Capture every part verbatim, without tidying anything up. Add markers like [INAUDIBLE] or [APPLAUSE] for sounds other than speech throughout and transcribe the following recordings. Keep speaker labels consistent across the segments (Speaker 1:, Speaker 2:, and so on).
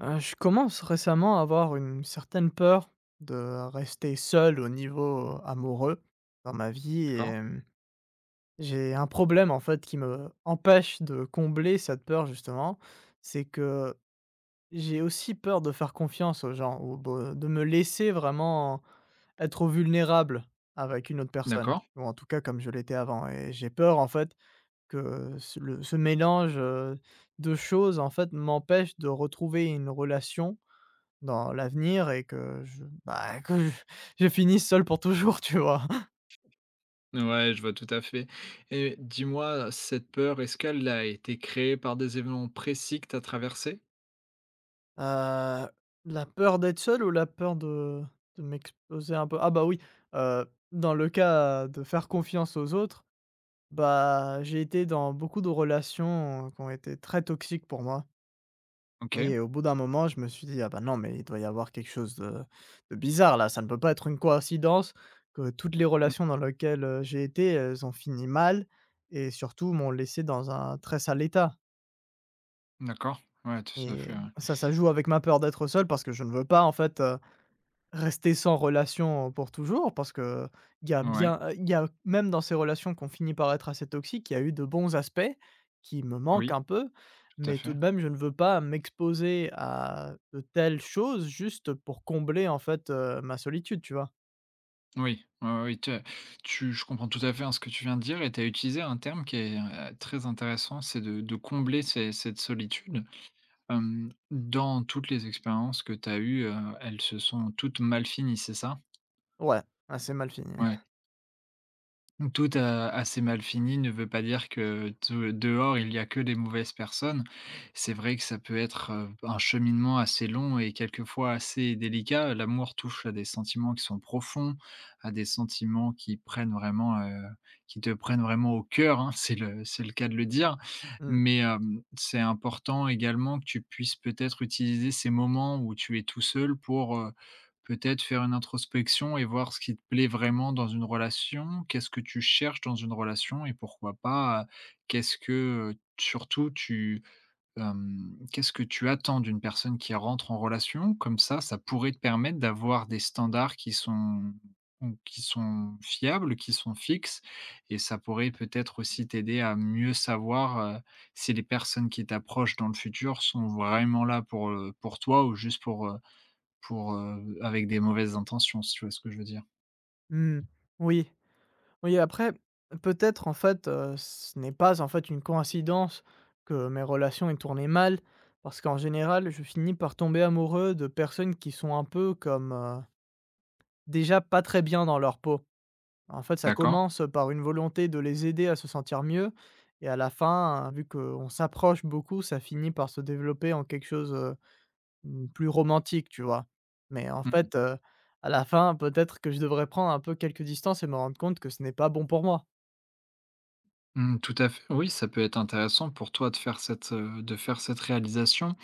Speaker 1: Heu, je commence récemment à avoir une certaine peur de rester seul au niveau amoureux dans ma vie, et
Speaker 2: D'accord,
Speaker 1: hem, j'ai un problème en fait qui me empêche de combler cette peur justement. C'est que j'ai aussi peur de faire confiance aux gens ou de de me laisser vraiment être vulnérable avec une autre personne,
Speaker 2: d'accord.
Speaker 1: ou en tout cas comme je l'étais avant, et j'ai peur en fait que ce le ce mélange, heu, de choses en fait m'empêche de retrouver une relation dans l'avenir, et que je bah, que je je finisse seul pour toujours, tu vois?
Speaker 2: Ouais, je vois tout à fait et dis-moi, cette peur, est-ce qu'elle a été créée par des événements précis que tu as traversés?
Speaker 1: Heu, la peur d'être seul, ou la peur de de m'exposer un peu? Ah bah oui, heu, dans le cas de faire confiance aux autres, bah, j'ai été dans beaucoup de relations euh, qui ont été très toxiques pour moi.
Speaker 2: OK.
Speaker 1: Et au bout d'un moment, je me suis dit: «Ah bah non, mais il doit y avoir quelque chose de de bizarre là, ça ne peut pas être une coïncidence que toutes les
Speaker 2: Mmh.
Speaker 1: relations dans lesquelles, heu, j'ai été, elles ont fini mal et surtout m'ont laissé dans un très sale état.»
Speaker 2: D'accord. Ouais, tout à
Speaker 1: Et
Speaker 2: fait,
Speaker 1: hem,
Speaker 2: ouais.
Speaker 1: ça, ça joue avec ma peur d'être seul, parce que je ne veux pas en fait rester sans relation pour toujours, parce que il y a
Speaker 2: Ouais,
Speaker 1: bien, il y a même dans ces relations qu'on finit par être assez toxiques, il y a eu de bons aspects qui me manquent
Speaker 2: oui,
Speaker 1: un peu,
Speaker 2: tout à
Speaker 1: mais
Speaker 2: fait.
Speaker 1: tout de même, je ne veux pas m'exposer à de telles choses juste pour combler, en fait, heu, ma solitude, tu vois?
Speaker 2: Oui, ouais, ouais, oui, tu tu je comprends tout à fait, hein, ce que tu viens de dire et tu as utilisé un terme qui est, heu, très intéressant, c'est de de combler ces cette solitude. Hem, dans toutes les expériences que tu as eues, heu, elles se sont toutes mal finies, c'est ça?
Speaker 1: Ouais, assez mal fini. [LAUGHS]
Speaker 2: Ouais. Tout a assez mal fini ne veut pas dire que de dehors, il y a que des mauvaises personnes. C'est vrai que ça peut être, heu, un cheminement assez long et quelquefois assez délicat. L'amour touche à des sentiments qui sont profonds, à des sentiments qui prennent vraiment, heu, qui te prennent vraiment au cœur, hein, [LAUGHS] c'est le c'est le cas de le dire.
Speaker 1: Mmh.
Speaker 2: Mais, hem, c'est important également que tu puisses peut-être utiliser ces moments où tu es tout seul pour, heu, peut-être faire une introspection et voir ce qui te plaît vraiment dans une relation. Qu'est-ce que tu cherches dans une relation et pourquoi pas, heu, qu'est-ce que, heu, surtout tu, hem, qu'est-ce que tu attends d'une personne qui rentre en relation? Comme ça, ça pourrait te permettre d'avoir des standards qui sont ou qui sont fiables, qui sont fixes et ça pourrait peut-être aussi t'aider à mieux savoir, heu, si les personnes qui t'approchent dans le futur sont vraiment là pour, heu, pour toi ou juste pour, heu pour, heu, avec des mauvaises intentions, si tu vois ce que je veux dire?
Speaker 1: Mmh. Oui. Oui, après, peut-être en fait, heu, ce n'est pas en fait une coïncidence que mes relations aient tourné mal, parce qu'en général, je finis par tomber amoureux de personnes qui sont un peu comme, heu, déjà pas très bien dans leur peau. En fait, ça
Speaker 2: D'accord.
Speaker 1: commence par une volonté de les aider à se sentir mieux, et à la fin, vu qu'on s'approche beaucoup, ça finit par se développer en quelque chose, heu, mmh, plus romantique, tu vois? Mais en
Speaker 2: Mmh.
Speaker 1: fait, heu, à la fin, peut-être que je devrais prendre un peu quelques distances et me rendre compte que ce n'est pas bon pour moi.
Speaker 2: Mmh, tout à fait. Oui, ça peut être intéressant pour toi de faire cette, heu, de faire cette réalisation.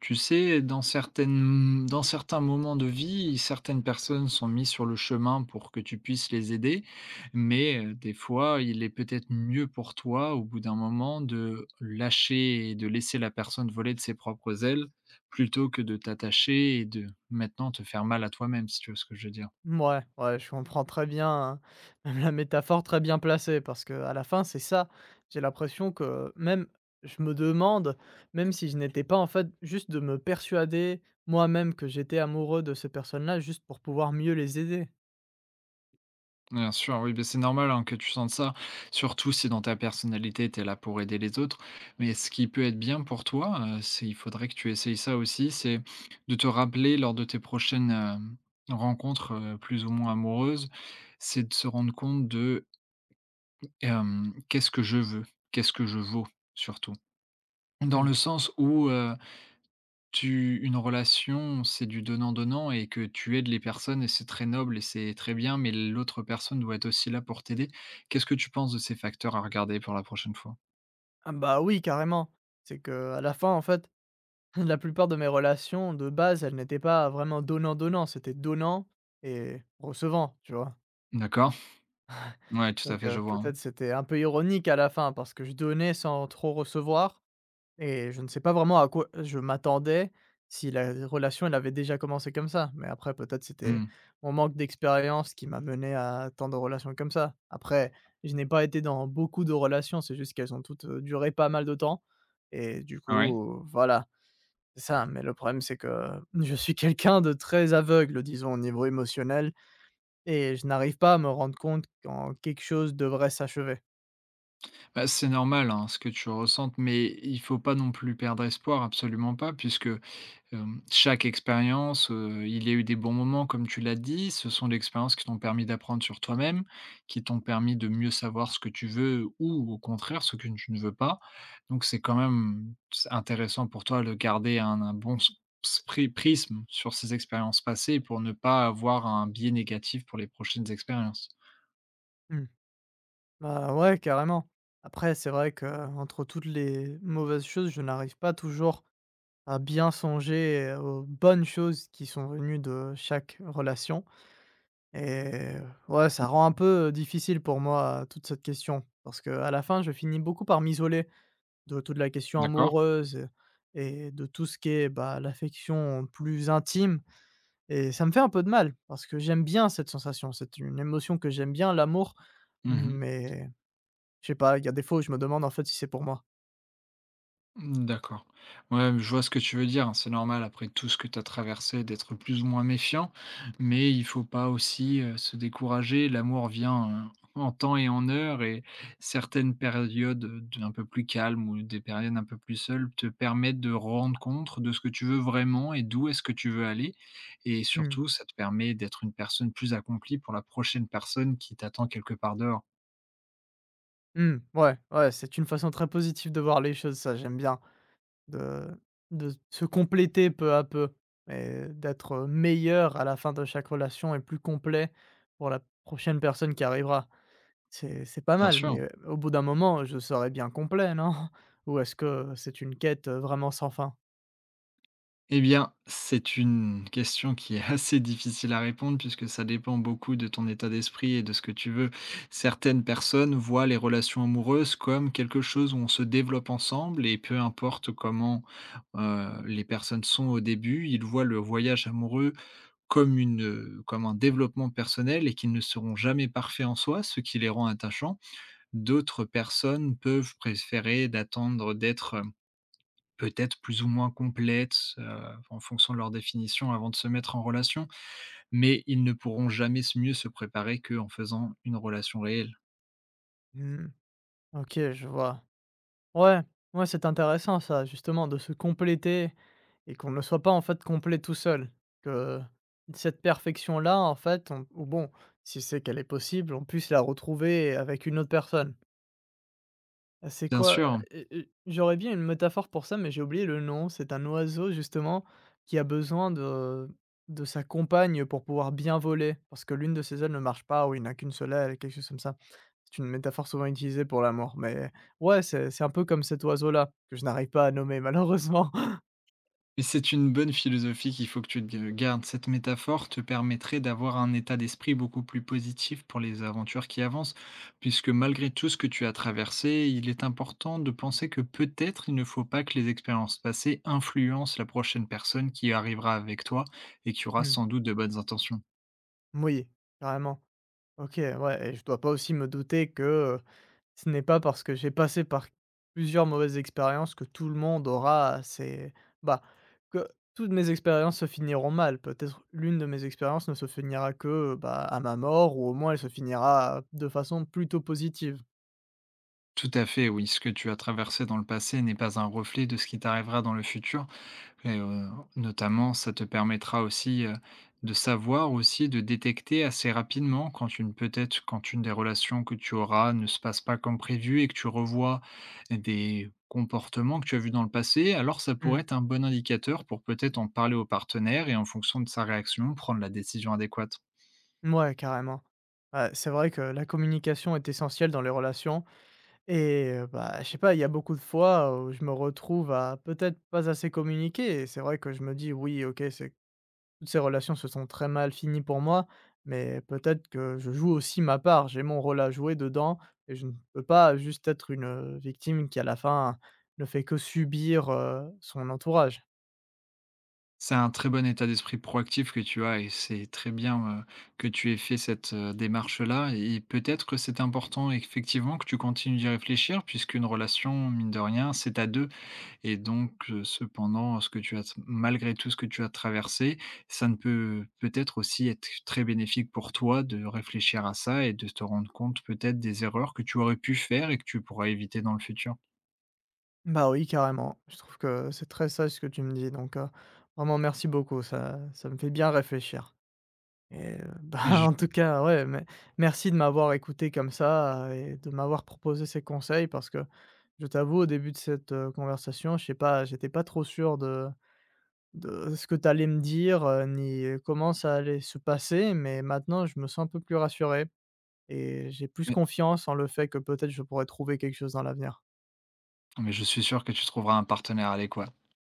Speaker 2: Tu sais, dans certaines dans certains moments de vie, certaines personnes sont mises sur le chemin pour que tu puisses les aider, mais, heu, des fois, il est peut-être mieux pour toi, au bout d'un moment, de lâcher et de laisser la personne voler de ses propres ailes, plutôt que de t'attacher et de maintenant te faire mal à toi-même, si tu vois ce que je veux dire?
Speaker 1: Ouais, ouais, je comprends très bien, hein, même la métaphore très bien placée, parce que à la fin, c'est ça. J'ai l'impression que même je me demande même si je n'étais pas en fait juste de me persuader moi-même que j'étais amoureux de ces personnes-là juste pour pouvoir mieux les aider.
Speaker 2: Bien sûr, oui, beh, c'est normal, hein, que tu sentes ça, surtout si dans ta personnalité, tu es là pour aider les autres. Mais ce qui peut être bien pour toi, heu, c'est il faudrait que tu essayes ça aussi, c'est de te rappeler lors de tes prochaines, hem, rencontres, heu, plus ou moins amoureuses, c'est de se rendre compte de, hem: «Qu'est-ce que je veux? Qu'est-ce que je vaux?» surtout. Dans
Speaker 1: Mmh.
Speaker 2: le sens où, euh, tu une relation, c'est du donnant-donnant et que tu aides les personnes et c'est très noble et c'est très bien, mais l'autre personne doit être aussi là pour t'aider. Qu'est-ce que tu penses de ces facteurs à regarder pour la prochaine fois?
Speaker 1: Ah bah oui, carrément. C'est que à la fin, en fait, [LAUGHS] la plupart de mes relations de base, elles n'étaient pas vraiment donnant-donnant, c'était donnant et recevant, tu vois?
Speaker 2: D'accord. Ouais, tout
Speaker 1: Donc,
Speaker 2: à fait,
Speaker 1: heu,
Speaker 2: je vois, hein.
Speaker 1: peut-être c'était un peu ironique à la fin parce que je donnais sans trop recevoir, et je ne sais pas vraiment à quoi je m'attendais, si la relation, elle avait déjà commencé comme ça. Mais après, peut-être, c'était
Speaker 2: Mmh.
Speaker 1: mon manque d'expérience qui m'a mené à tant de relations comme ça. Après, je n'ai pas été dans beaucoup de relations, c'est juste qu'elles ont toutes, heu, duré pas mal de temps, et du
Speaker 2: Ouais.
Speaker 1: coup, voilà, c'est ça. Mais le problème, c'est que [LAUGHS] je suis quelqu'un de très aveugle, disons, au niveau émotionnel, et je n'arrive pas à me rendre compte quand quelque chose devrait s'achever.
Speaker 2: Bah, c'est normal, hein, ce que tu ressentes, mais il faut pas non plus perdre espoir, absolument pas, puisque Hem, chaque expérience, heu, il y a eu des bons moments comme tu l'as dit, ce sont des expériences qui t'ont permis d'apprendre sur toi-même, qui t'ont permis de mieux savoir ce que tu veux ou au contraire ce que tu ne veux pas. Donc c'est quand même c'est intéressant pour toi de garder un un bon s spri prisme sur ces expériences passées pour ne pas avoir un biais négatif pour les prochaines expériences.
Speaker 1: Mmh. Bah ouais, carrément. Après, c'est vrai que entre toutes les mauvaises choses, je n'arrive pas toujours à bien songer aux bonnes choses qui sont venues de chaque relation, et ouais, ça rend un peu difficile pour moi euh, toute cette question, parce que à la fin, je finis beaucoup par m'isoler de toute la question
Speaker 2: D'accord.
Speaker 1: amoureuse et de tout ce qui est, bah, l'affection plus intime, et ça me fait un peu de mal parce que j'aime bien cette sensation. C'est une émotion que j'aime bien, l'amour,
Speaker 2: Mmh.
Speaker 1: mais je sais pas, il y a des fois où je me demande en fait si c'est pour moi.
Speaker 2: Mmh, d'accord. Ouais, je vois ce que tu veux dire, hein. C'est normal après tout ce que tu as traversé d'être plus ou moins méfiant, mais il faut pas aussi, heu, se décourager. L'amour vient, heu, en temps et en heure et certaines périodes, heu, d'un peu plus calmes ou des périodes un peu plus seules te permettent de rendre compte de ce que tu veux vraiment et d'où est-ce que tu veux aller et
Speaker 1: Mmh.
Speaker 2: surtout ça te permet d'être une personne plus accomplie pour la prochaine personne qui t'attend quelque part dehors.
Speaker 1: Mmh. Ouais, ouais, c'est une façon très positive de voir les choses, ça, j'aime bien. De de se compléter peu à peu et d'être meilleur à la fin de chaque relation, et plus complet pour la prochaine personne qui arrivera. C'est c'est pas
Speaker 2: Bien
Speaker 1: mal,
Speaker 2: sûr.
Speaker 1: mais, au bout d'un moment, je serai bien complet, non? Ou est-ce que c'est une quête, heu, vraiment sans fin?
Speaker 2: Eh bien, c'est une question qui est assez difficile à répondre puisque ça dépend beaucoup de ton état d'esprit et de ce que tu veux. Certaines personnes voient les relations amoureuses comme quelque chose où on se développe ensemble et peu importe comment euh, les personnes sont au début, ils voient le voyage amoureux comme, une, euh, comme un développement personnel et qu'ils ne seront jamais parfaits en soi, ce qui les rend attachants. D'autres personnes peuvent préférer d'attendre d'être euh, peut-être plus ou moins complètes, heu, en fonction de leur définition avant de se mettre en relation, mais ils ne pourront jamais s mieux se préparer qu'en faisant une relation réelle.
Speaker 1: Mmh. OK, je vois. Ouais, ouais, c'est intéressant ça, justement, de se compléter et qu'on ne soit pas en fait complet tout seul. Que cette perfection-là, en fait, on- ou bon, si c'est qu'elle est possible, on puisse la retrouver avec une autre personne. Ah, c'est
Speaker 2: Bien
Speaker 1: quoi?
Speaker 2: sûr,
Speaker 1: Heu heu, j'aurais bien une métaphore pour ça, mais j'ai oublié le nom. C'est un oiseau justement qui a besoin de de sa compagne pour pouvoir bien voler, parce que l'une de ses ailes ne marche pas, ou il n'a qu'une seule aile, quelque chose comme ça. C'est une métaphore souvent utilisée pour l'amour, mais ouais, c'est c'est un peu comme cet oiseau-là, que je n'arrive pas à nommer malheureusement. [LAUGHS]
Speaker 2: mais c'est une bonne philosophie qu'il faut que tu te gardes. Cette métaphore te permettrait d'avoir un état d'esprit beaucoup plus positif pour les aventures qui avancent, puisque malgré tout ce que tu as traversé, il est important de penser que peut-être il ne faut pas que les expériences passées influencent la prochaine personne qui arrivera avec toi et qui aura
Speaker 1: Mmh,
Speaker 2: sans doute de bonnes intentions.
Speaker 1: moui, carrément. OK, ouais, et je dois pas aussi me douter que ce n'est pas parce que j'ai passé par plusieurs mauvaises expériences que tout le monde aura ses bah, que toutes mes expériences se finiront mal. Peut-être l'une de mes expériences ne se finira que, bah, à ma mort, ou au moins elle se finira de façon plutôt positive.
Speaker 2: Tout à fait, oui. Ce que tu as traversé dans le passé n'est pas un reflet de ce qui t'arrivera dans le futur. Et, euh, notamment, ça te permettra aussi euh, de savoir aussi, de détecter assez rapidement quand une peut-être quand une des relations que tu auras ne se passe pas comme prévu et que tu revois des comportements que tu as vus dans le passé, alors ça pourrait
Speaker 1: Mmh,
Speaker 2: être un bon indicateur pour peut-être en parler au partenaire et en fonction de sa réaction, prendre la décision adéquate.
Speaker 1: mouais, carrément. Ouais, c'est vrai que la communication est essentielle dans les relations, et heu, bah, je sais pas, il y a beaucoup de fois où je me retrouve à peut-être pas assez communiquer, et c'est vrai que je me dis: «Oui, OK, c'est.» Toutes ces relations se sont très mal finies pour moi, mais peut-être que je joue aussi ma part. J'ai mon rôle à jouer dedans, et je ne peux pas juste être une, heu, victime qui à la fin ne fait que subir, heu, son entourage.
Speaker 2: C'est un très bon état d'esprit proactif que tu as et c'est très bien, heu, que tu aies fait cette, heu, démarche-là et peut-être que c'est important effectivement que tu continues d'y réfléchir puisqu'une relation, mine de rien, c'est à deux. Et donc heu, cependant, ce que tu as malgré tout ce que tu as traversé, ça ne peut peut-être aussi être très bénéfique pour toi de réfléchir à ça et de te rendre compte peut-être des erreurs que tu aurais pu faire et que tu pourras éviter dans le futur.
Speaker 1: Bah oui, carrément. Je trouve que c'est très sage ce que tu me dis, donc, heu, vraiment merci beaucoup. Ça ça me fait bien réfléchir et heu, [LAUGHS] bah,
Speaker 2: Mais je
Speaker 1: en tout cas, ouais, mais merci de m'avoir écouté comme ça, euh, et de m'avoir proposé ces conseils, parce que je t'avoue au début de cette, heu, conversation, je sais pas, j'étais pas trop sûr de De ce que tu allais me dire, heu, ni euh, comment ça allait se passer, mais maintenant je me sens un peu plus rassuré, et j'ai plus
Speaker 2: mais
Speaker 1: confiance en le fait que peut-être je pourrais trouver quelque chose dans l'avenir.
Speaker 2: mais je suis sûr que tu trouveras un partenaire adéquat.